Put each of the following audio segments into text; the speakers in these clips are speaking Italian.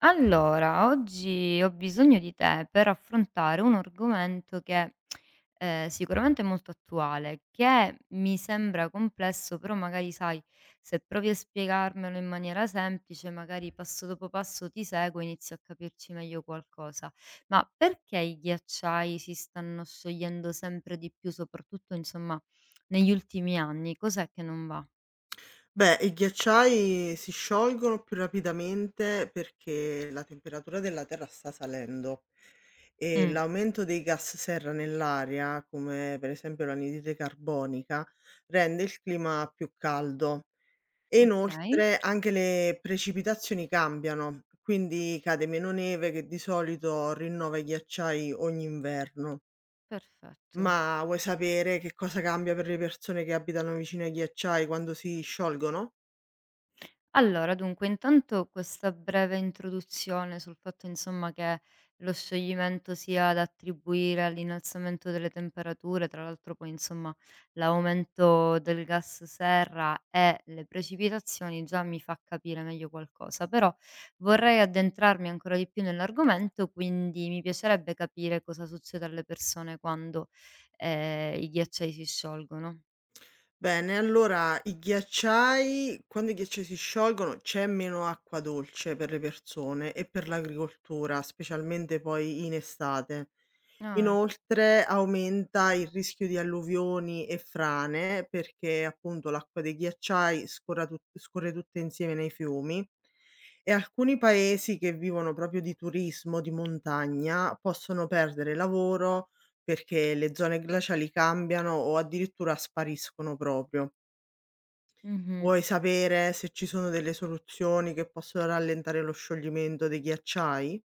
Allora, oggi ho bisogno di te per affrontare un argomento che sicuramente è molto attuale, che mi sembra complesso, però magari sai, se provi a spiegarmelo in maniera semplice, magari passo dopo passo ti seguo e inizio a capirci meglio qualcosa. Ma perché i ghiacciai si stanno sciogliendo sempre di più, soprattutto insomma negli ultimi anni? Cos'è che non va? Beh, i ghiacciai si sciolgono più rapidamente perché la temperatura della Terra sta salendo e Mm, l'aumento dei gas serra nell'aria, come per esempio l'anidride carbonica, rende il clima più caldo e ok, inoltre anche le precipitazioni cambiano, quindi cade meno neve che di solito rinnova i ghiacciai ogni inverno. perfetto. Ma vuoi sapere che cosa cambia per le persone che abitano vicino ai ghiacciai quando si sciolgono? Allora, dunque, intanto questa breve introduzione sul fatto, insomma, che lo scioglimento sia da attribuire all'innalzamento delle temperature, tra l'altro poi, insomma, l'aumento del gas serra e le precipitazioni già mi fa capire meglio qualcosa, però vorrei addentrarmi ancora di più nell'argomento, quindi mi piacerebbe capire cosa succede alle persone quando i ghiacciai si sciolgono. Bene, allora i ghiacciai si sciolgono c'è meno acqua dolce per le persone e per l'agricoltura, specialmente poi in estate. Ah, ecco. Inoltre aumenta il rischio di alluvioni e frane perché appunto l'acqua dei ghiacciai scorra tut scorre tutta insieme nei fiumi e alcuni paesi che vivono proprio di turismo, di montagna, possono perdere lavoro perché le zone glaciali cambiano o addirittura spariscono proprio. Mhm. Vuoi sapere se ci sono delle soluzioni che possono rallentare lo scioglimento dei ghiacciai?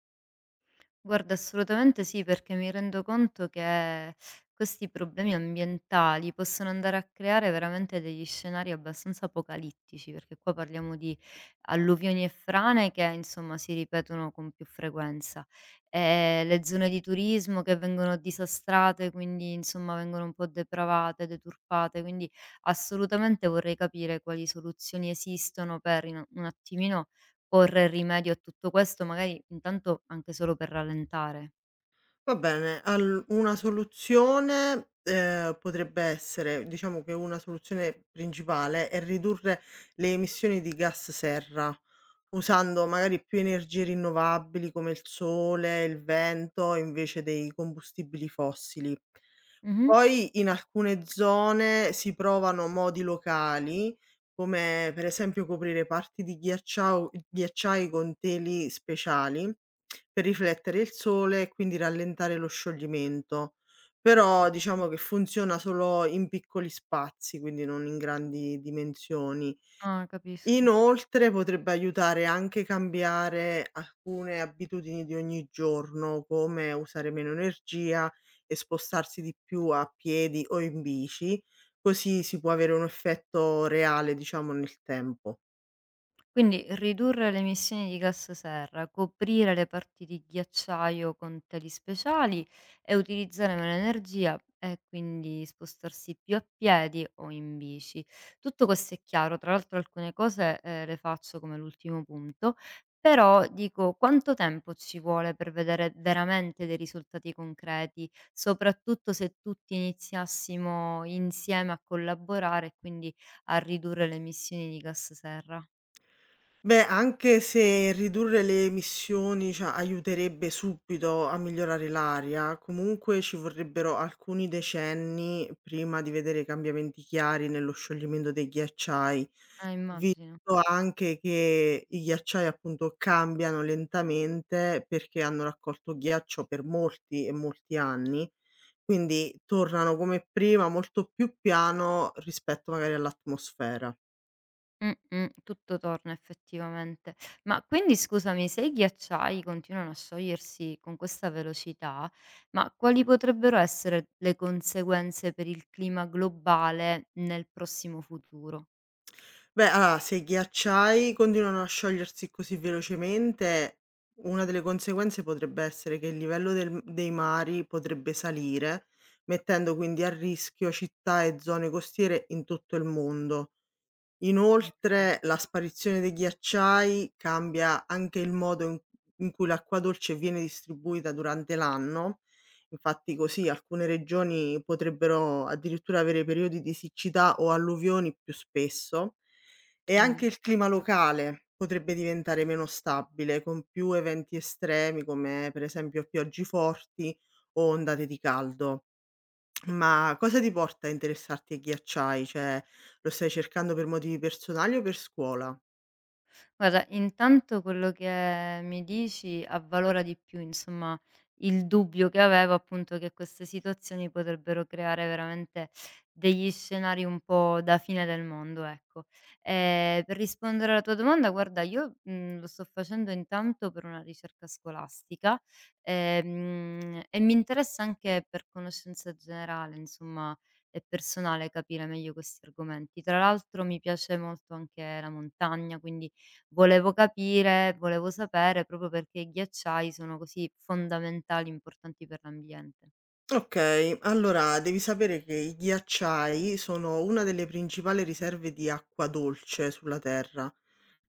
Guarda, assolutamente sì, perché mi rendo conto che questi problemi ambientali possono andare a creare veramente degli scenari abbastanza apocalittici, perché qua parliamo di alluvioni e frane che insomma si ripetono con più frequenza, le zone di turismo che vengono disastrate, quindi insomma vengono un po' depravate, deturpate, quindi assolutamente vorrei capire quali soluzioni esistono per un attimino porre rimedio a tutto questo, magari intanto anche solo per rallentare. Va bene, al una soluzione, potrebbe essere, diciamo che una soluzione principale è ridurre le emissioni di gas serra, usando magari più energie rinnovabili come il sole, il vento, invece dei combustibili fossili. Mh-mh. Poi in alcune zone si provano modi locali, come per esempio coprire parti di ghiacciao ghiacciai con teli speciali per riflettere il sole e quindi rallentare lo scioglimento. Però Perfetto. diciamo che funziona solo in piccoli spazi, quindi non in grandi dimensioni. Ah, capisco. Inoltre potrebbe aiutare anche cambiare alcune abitudini di ogni giorno, come usare meno energia e spostarsi di più a piedi o in bici, così si può avere un effetto reale, diciamo, nel tempo. Quindi ridurre le emissioni di gas serra, coprire le parti di ghiacciaio con teli speciali e utilizzare meno energia e quindi spostarsi più a piedi o in bici. Tutto questo è chiaro, tra l'altro alcune cose le faccio come l'ultimo punto, però dico quanto tempo ci vuole per vedere veramente dei risultati concreti, soprattutto se tutti iniziassimo insieme a collaborare e quindi a ridurre le emissioni di gas serra. Beh, anche se ridurre le emissioni, cioè, aiuterebbe subito a migliorare l'aria, comunque ci vorrebbero alcuni decenni prima di vedere cambiamenti chiari nello scioglimento dei ghiacciai, visto Immagino. anche che i ghiacciai appunto cambiano lentamente perché hanno raccolto ghiaccio per molti e molti anni, quindi tornano come prima molto più piano rispetto magari all'atmosfera. Mh-mh, tutto torna effettivamente. Ma quindi scusami, se i ghiacciai continuano a sciogliersi con questa velocità, ma quali potrebbero essere le conseguenze per il clima globale nel prossimo futuro? Beh, allora se i ghiacciai continuano a sciogliersi così velocemente, una delle conseguenze potrebbe essere che il livello del m dei mari potrebbe salire, mettendo quindi a rischio città e zone costiere in tutto il mondo. Mh-mh, Inoltre la sparizione dei ghiacciai cambia anche il modo in cui l'acqua dolce viene distribuita durante l'anno. Infatti così alcune regioni potrebbero addirittura avere periodi di siccità o alluvioni più spesso e anche mh, il clima capito. locale potrebbe diventare meno stabile con più eventi estremi come per esempio piogge forti o ondate di caldo. Ma cosa ti porta a interessarti ai ghiacciai? Cioè, lo stai cercando per motivi personali o per scuola? Guarda, intanto quello che mi dici avvalora di più, insomma, il dubbio che avevo appunto che queste situazioni potrebbero creare veramente degli scenari un po' da fine del mondo, ecco. Per rispondere alla tua domanda, guarda, io, lo sto facendo intanto per una ricerca scolastica, e mi interessa anche per conoscenza generale, insomma, e personale capire meglio questi argomenti. Tra l'altro mi piace molto anche la montagna, quindi volevo capire, volevo sapere proprio perché i ghiacciai sono così fondamentali, importanti per l'ambiente. Okay, allora devi sapere che i ghiacciai sono una delle principali riserve di acqua dolce sulla Terra.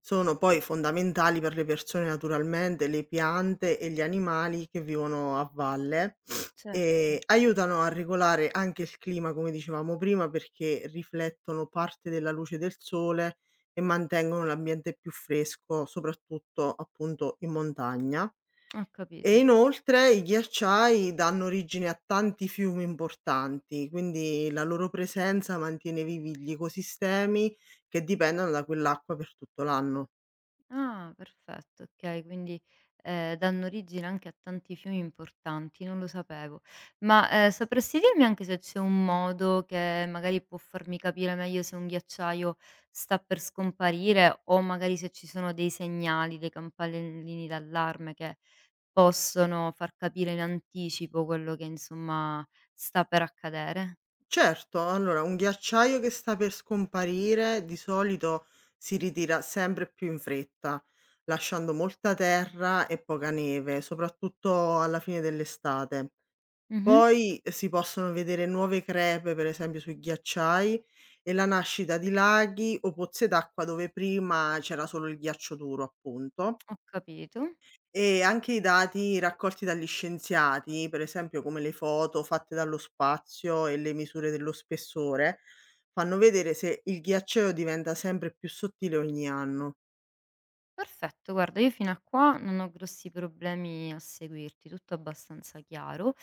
Sono poi fondamentali per le persone naturalmente, le piante e gli animali che vivono a valle. Certo. Aiutano a regolare anche il clima, come dicevamo prima, perché riflettono parte della luce del sole e mantengono l'ambiente più fresco, soprattutto appunto in montagna. Ho E capito. inoltre i ghiacciai danno origine a tanti fiumi importanti, quindi la loro presenza mantiene vivi gli ecosistemi che dipendono da quell'acqua per tutto l'anno. Ah, perfetto, okay, quindi, danno origine anche a tanti fiumi importanti, non lo sapevo. Ma, sapresti dirmi anche se c'è un modo che magari può farmi capire meglio se un ghiacciaio sta per scomparire o magari se ci sono dei segnali, dei campanellini d'allarme che possono far capire in anticipo quello che insomma sta per accadere. Certo, allora un ghiacciaio che sta per scomparire di solito si ritira sempre più in fretta, lasciando molta terra e poca neve, soprattutto alla fine dell'estate. Mh-mh, Poi si possono vedere nuove crepe, per esempio sui ghiacciai, e la nascita di laghi o pozze d'acqua dove prima c'era solo il ghiaccio duro, appunto. ho capito. E anche i dati raccolti dagli scienziati, per esempio come le foto fatte dallo spazio e le misure dello spessore, fanno vedere se il ghiacciaio diventa sempre più sottile ogni anno. Perfetto, guarda io fino a qua non ho grossi problemi a seguirti, tutto abbastanza chiaro,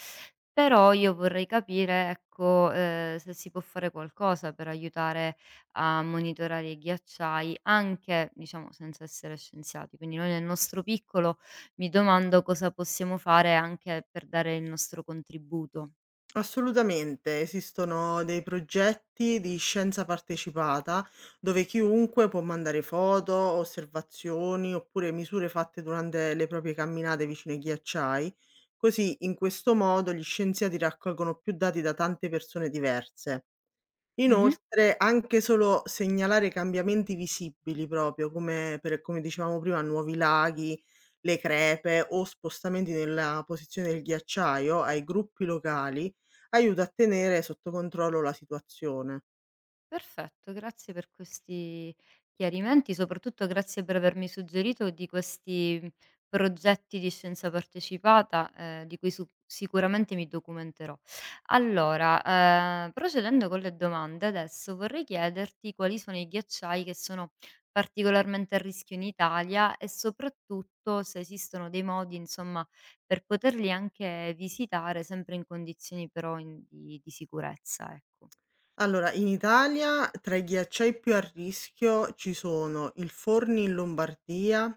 però io vorrei capire, ecco, se si può fare qualcosa per aiutare a monitorare i ghiacciai, anche diciamo senza essere scienziati. Quindi noi nel nostro piccolo mi domando cosa possiamo fare anche per dare il nostro contributo. Assolutamente, esistono dei progetti di scienza partecipata dove chiunque può mandare foto, osservazioni oppure misure fatte durante le proprie camminate vicino ai ghiacciai, così in questo modo gli scienziati raccolgono più dati da tante persone diverse. Mh-mh. Inoltre, anche solo segnalare cambiamenti visibili proprio, come dicevamo prima, nuovi laghi, le crepe o spostamenti nella posizione del ghiacciaio ai gruppi locali, aiuta a tenere sotto controllo la situazione. Perfetto, grazie per questi chiarimenti, soprattutto grazie per avermi suggerito di questi progetti di scienza partecipata, di cui sicuramente mi documenterò. Allora, procedendo con le domande, adesso vorrei chiederti quali sono i ghiacciai che sono particolarmente a rischio in Italia e soprattutto se esistono dei modi, insomma, per poterli anche visitare sempre in condizioni però di sicurezza, ecco. Allora, in Italia tra i ghiacciai più a rischio ci sono il Forni in Lombardia,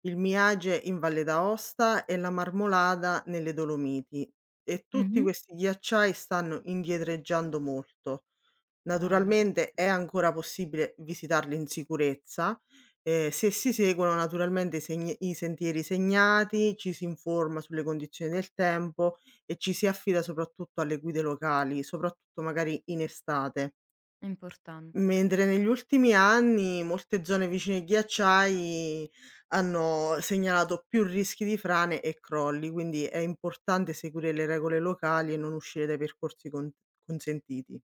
il Miage in Valle d'Aosta e la Marmolada nelle Dolomiti, e tutti questi ghiacciai stanno indietreggiando molto. No, no, Naturalmente è assolutamente. ancora possibile visitarli in sicurezza, se si seguono naturalmente i sentieri segnati, ci si informa sulle condizioni del tempo e ci si affida soprattutto alle guide locali, soprattutto magari in estate. È importante, sì. Mentre negli ultimi anni molte zone vicine ai ghiacciai hanno segnalato più rischi di frane e crolli, quindi è importante seguire le regole locali e non uscire dai percorsi consentiti.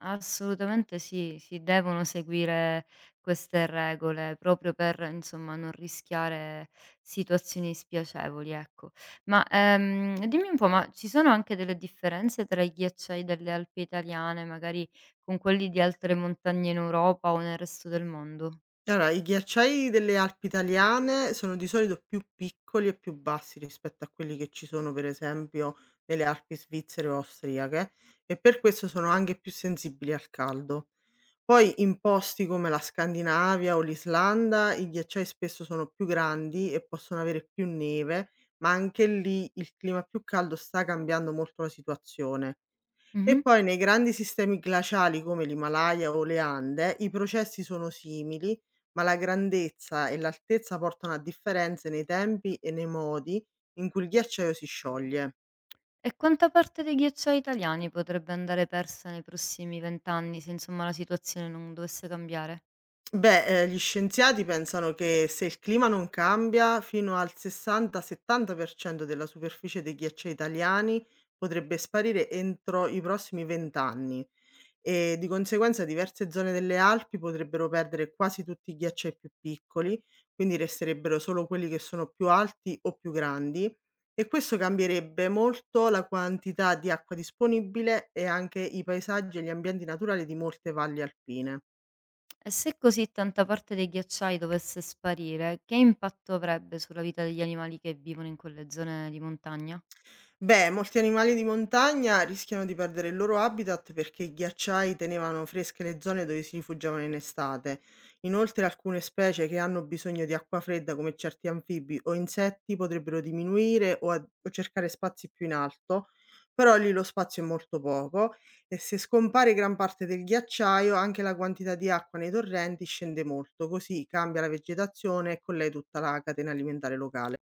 Assolutamente sì, si devono seguire queste regole proprio per, insomma, non rischiare situazioni spiacevoli, ecco. Ma, dimmi un po', ma ci sono anche delle differenze tra i ghiacciai delle Alpi italiane, magari con quelli di altre montagne in Europa o nel resto del mondo? Allora, i ghiacciai delle Alpi italiane sono di solito più piccoli e più bassi rispetto a quelli che ci sono, per esempio, nelle Alpi svizzere o austriache, e per questo sono anche più sensibili al caldo. Poi in posti come la Scandinavia o l'Islanda, i ghiacciai spesso sono più grandi e possono avere più neve, ma anche lì il clima più caldo sta cambiando molto la situazione. E Mh-mh. poi nei grandi sistemi glaciali come l'Himalaya o le Ande i processi sono simili, ma la grandezza e l'altezza portano a differenze nei tempi e nei modi in cui il ghiacciaio si scioglie. E quanta parte dei ghiacciai italiani potrebbe andare persa nei prossimi 20 anni se, insomma, la situazione non dovesse cambiare? Beh, gli scienziati pensano che se il clima non cambia, fino al 60-70% della superficie dei ghiacciai italiani potrebbe sparire entro i prossimi vent'anni. E di conseguenza diverse zone delle Alpi potrebbero perdere quasi tutti i ghiacciai più piccoli, quindi resterebbero solo quelli che sono più alti o più grandi, e questo cambierebbe molto la quantità di acqua disponibile e anche i paesaggi e gli ambienti naturali di molte valli alpine. E se così tanta parte dei ghiacciai dovesse sparire, che impatto avrebbe sulla vita degli animali che vivono in quelle zone di montagna? Beh, molti animali di montagna rischiano di perdere il loro habitat perché i ghiacciai tenevano fresche le zone dove si rifugiavano in estate. Inoltre, alcune specie che hanno bisogno di acqua fredda, come certi anfibi o insetti, potrebbero diminuire o, o cercare spazi più in alto, però lì lo spazio è molto poco e se scompare gran parte del ghiacciaio, anche la quantità di acqua nei torrenti scende molto, così cambia la vegetazione e con lei tutta la catena alimentare locale.